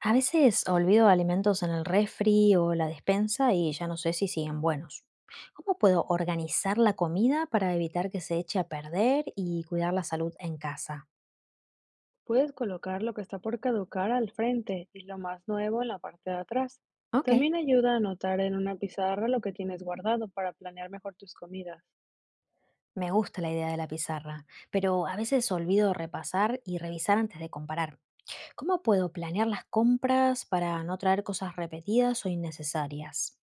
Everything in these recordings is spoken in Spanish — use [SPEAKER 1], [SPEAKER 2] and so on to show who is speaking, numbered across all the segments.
[SPEAKER 1] A veces olvido alimentos en el refri o la despensa y ya no sé si siguen buenos. ¿Cómo puedo organizar la comida para evitar que se eche a perder y cuidar la salud en casa?
[SPEAKER 2] Puedes colocar lo que está por caducar al frente y lo más nuevo en la parte de atrás.
[SPEAKER 1] Ok.
[SPEAKER 2] También ayuda a anotar en una pizarra lo que tienes guardado para planear mejor tus comidas.
[SPEAKER 1] Me gusta la idea de la pizarra, pero a veces olvido repasar y revisar antes de comparar. ¿Cómo puedo planear las compras para no traer cosas repetidas o innecesarias?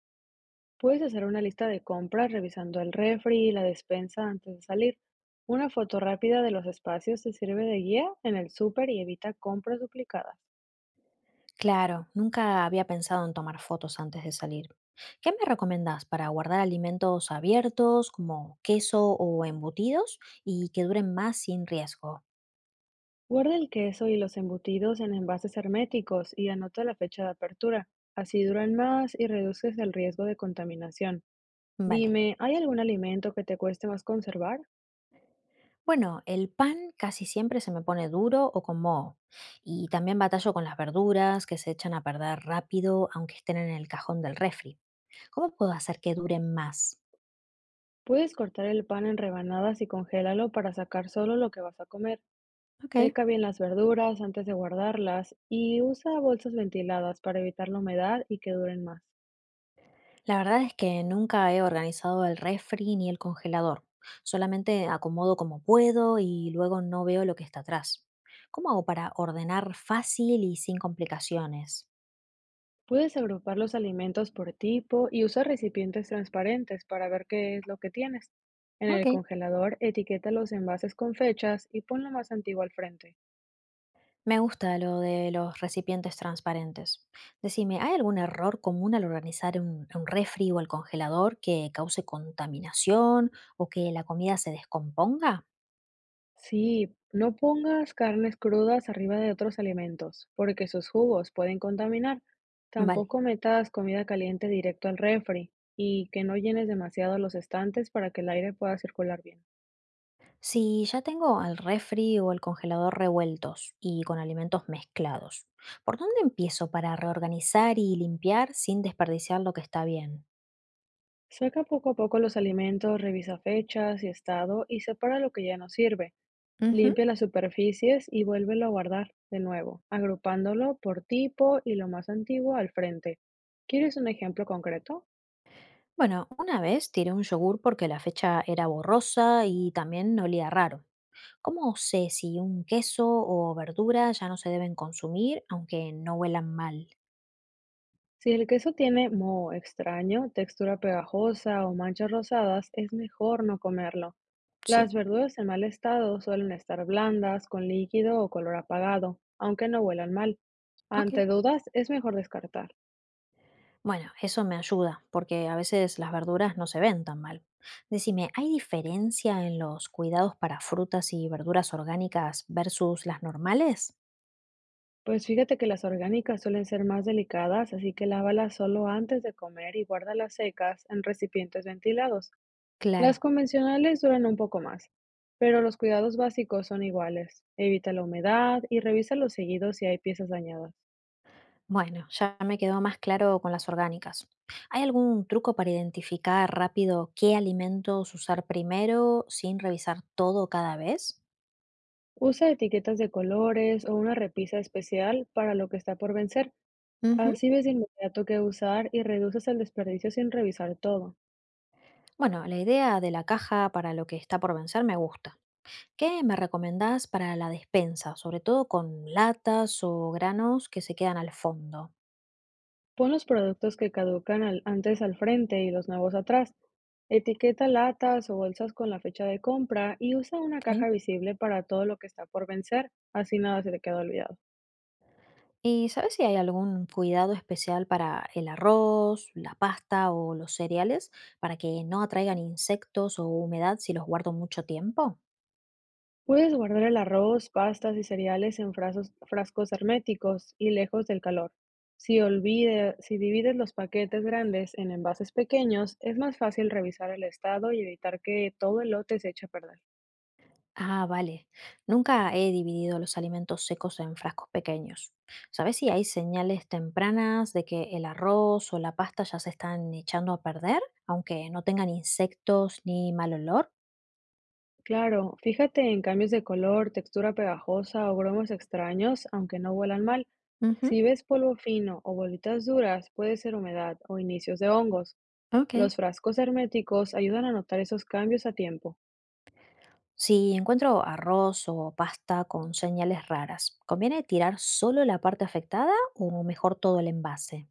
[SPEAKER 2] Puedes hacer una lista de compras revisando el refri y la despensa antes de salir. Una foto rápida de los espacios te sirve de guía en el súper y evita compras duplicadas.
[SPEAKER 1] Claro, nunca había pensado en tomar fotos antes de salir. ¿Qué me recomendás para guardar alimentos abiertos como queso o embutidos y que duren más sin riesgo?
[SPEAKER 2] Guarda el queso y los embutidos en envases herméticos y anota la fecha de apertura. Así duran más y reduces el riesgo de contaminación.
[SPEAKER 1] Vale.
[SPEAKER 2] Dime, ¿hay algún alimento que te cueste más conservar?
[SPEAKER 1] Bueno, el pan casi siempre se me pone duro o con moho. Y también batallo con las verduras que se echan a perder rápido aunque estén en el cajón del refri. ¿Cómo puedo hacer que duren más?
[SPEAKER 2] Puedes cortar el pan en rebanadas y congélalo para sacar solo lo que vas a comer.
[SPEAKER 1] Ok.
[SPEAKER 2] Seca bien las verduras antes de guardarlas y usa bolsas ventiladas para evitar la humedad y que duren más.
[SPEAKER 1] La verdad es que nunca he organizado el refri ni el congelador. Solamente acomodo como puedo y luego no veo lo que está atrás. ¿Cómo hago para ordenar fácil y sin complicaciones?
[SPEAKER 2] Puedes agrupar los alimentos por tipo y usar recipientes transparentes para ver qué es lo que tienes. En el
[SPEAKER 1] Ok.
[SPEAKER 2] congelador, etiqueta los envases con fechas y pon lo más antiguo al frente.
[SPEAKER 1] Me gusta lo de los recipientes transparentes. Decime, ¿hay algún error común al organizar un refri o el congelador que cause contaminación o que la comida se descomponga?
[SPEAKER 2] Sí, no pongas carnes crudas arriba de otros alimentos, porque sus jugos pueden contaminar.
[SPEAKER 1] Vale.
[SPEAKER 2] Tampoco metas comida caliente directo al refri y que no llenes demasiado los estantes para que el aire pueda circular bien.
[SPEAKER 1] Si ya tengo el refri o el congelador revueltos y con alimentos mezclados, ¿por dónde empiezo para reorganizar y limpiar sin desperdiciar lo que está bien?
[SPEAKER 2] Saca poco a poco los alimentos, revisa fechas y estado y separa lo que ya no sirve.
[SPEAKER 1] Ujú.
[SPEAKER 2] Limpia las superficies y vuélvelo a guardar de nuevo, agrupándolo por tipo y lo más antiguo al frente. ¿Quieres un ejemplo concreto?
[SPEAKER 1] Bueno, una vez tiré un yogur porque la fecha era borrosa y también olía raro. ¿Cómo sé si un queso o verdura ya no se deben consumir aunque no huelan mal?
[SPEAKER 2] Si el queso tiene moho extraño, textura pegajosa o manchas rosadas, es mejor no comerlo.
[SPEAKER 1] Sí.
[SPEAKER 2] Las verduras en mal estado suelen estar blandas, con líquido o color apagado, aunque no huelan mal.
[SPEAKER 1] Ok.
[SPEAKER 2] Ante dudas, es mejor descartar.
[SPEAKER 1] Bueno, eso me ayuda, porque a veces las verduras no se ven tan mal. Decime, ¿hay diferencia en los cuidados para frutas y verduras orgánicas versus las normales?
[SPEAKER 2] Pues fíjate que las orgánicas suelen ser más delicadas, así que lávalas solo antes de comer y guárdalas secas en recipientes ventilados. Las
[SPEAKER 1] Claro.
[SPEAKER 2] convencionales duran un poco más, pero los cuidados básicos son iguales. Evita la humedad y revisa los seguidos si hay piezas dañadas.
[SPEAKER 1] Bueno, ya me quedó más claro con las orgánicas. ¿Hay algún truco para identificar rápido qué alimentos usar primero sin revisar todo cada vez?
[SPEAKER 2] Usa etiquetas de colores o una repisa especial para lo que está por vencer.
[SPEAKER 1] Ujú.
[SPEAKER 2] Así ves de inmediato qué usar y reduces el desperdicio sin revisar todo.
[SPEAKER 1] Bueno, la idea de la caja para lo que está por vencer me gusta. ¿Qué me recomendás para la despensa? Sobre todo con latas o granos que se quedan al fondo.
[SPEAKER 2] Pon los productos que antes al frente y los nuevos atrás. Etiqueta latas o bolsas con la fecha de compra y usa una
[SPEAKER 1] Ok.
[SPEAKER 2] caja visible para todo lo que está por vencer, así nada se te queda olvidado.
[SPEAKER 1] ¿Y sabes si hay algún cuidado especial para el arroz, la pasta o los cereales para que no atraigan insectos o humedad si los guardo mucho tiempo?
[SPEAKER 2] Puedes guardar el arroz, pastas y cereales en frascos herméticos y lejos del calor. Si divides los paquetes grandes en envases pequeños, es más fácil revisar el estado y evitar que todo el lote se eche a perder.
[SPEAKER 1] Ah, vale. Nunca he dividido los alimentos secos en frascos pequeños. ¿Sabes si hay señales tempranas de que el arroz o la pasta ya se están echando a perder, aunque no tengan insectos ni mal olor?
[SPEAKER 2] Claro, fíjate en cambios de color, textura pegajosa o grumos extraños, aunque no huelan mal.
[SPEAKER 1] Ujú.
[SPEAKER 2] Si ves polvo fino o bolitas duras, puede ser humedad o inicios de hongos.
[SPEAKER 1] Ok.
[SPEAKER 2] Los frascos herméticos ayudan a notar esos cambios a tiempo.
[SPEAKER 1] Si encuentro arroz o pasta con señales raras, ¿conviene tirar solo la parte afectada o mejor todo el envase?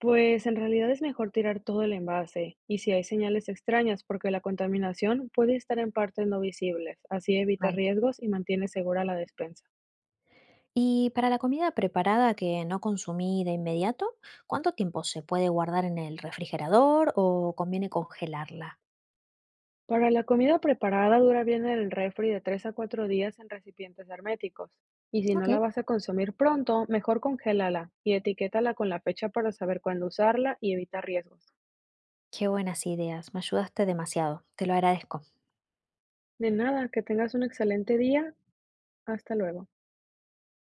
[SPEAKER 2] Pues en realidad es mejor tirar todo el envase y si hay señales extrañas, porque la contaminación puede estar en partes no visibles, así evita
[SPEAKER 1] Vale.
[SPEAKER 2] riesgos y mantiene segura la despensa.
[SPEAKER 1] Y para la comida preparada que no consumí de inmediato, ¿cuánto tiempo se puede guardar en el refrigerador o conviene congelarla?
[SPEAKER 2] Para la comida preparada dura bien en el refri de 3 a 4 días en recipientes herméticos y si no
[SPEAKER 1] Ok.
[SPEAKER 2] la vas a consumir pronto, mejor congélala y etiquétala con la fecha para saber cuándo usarla y evitar riesgos.
[SPEAKER 1] Qué buenas ideas, me ayudaste demasiado, te lo agradezco.
[SPEAKER 2] De nada, que tengas un excelente día. Hasta luego.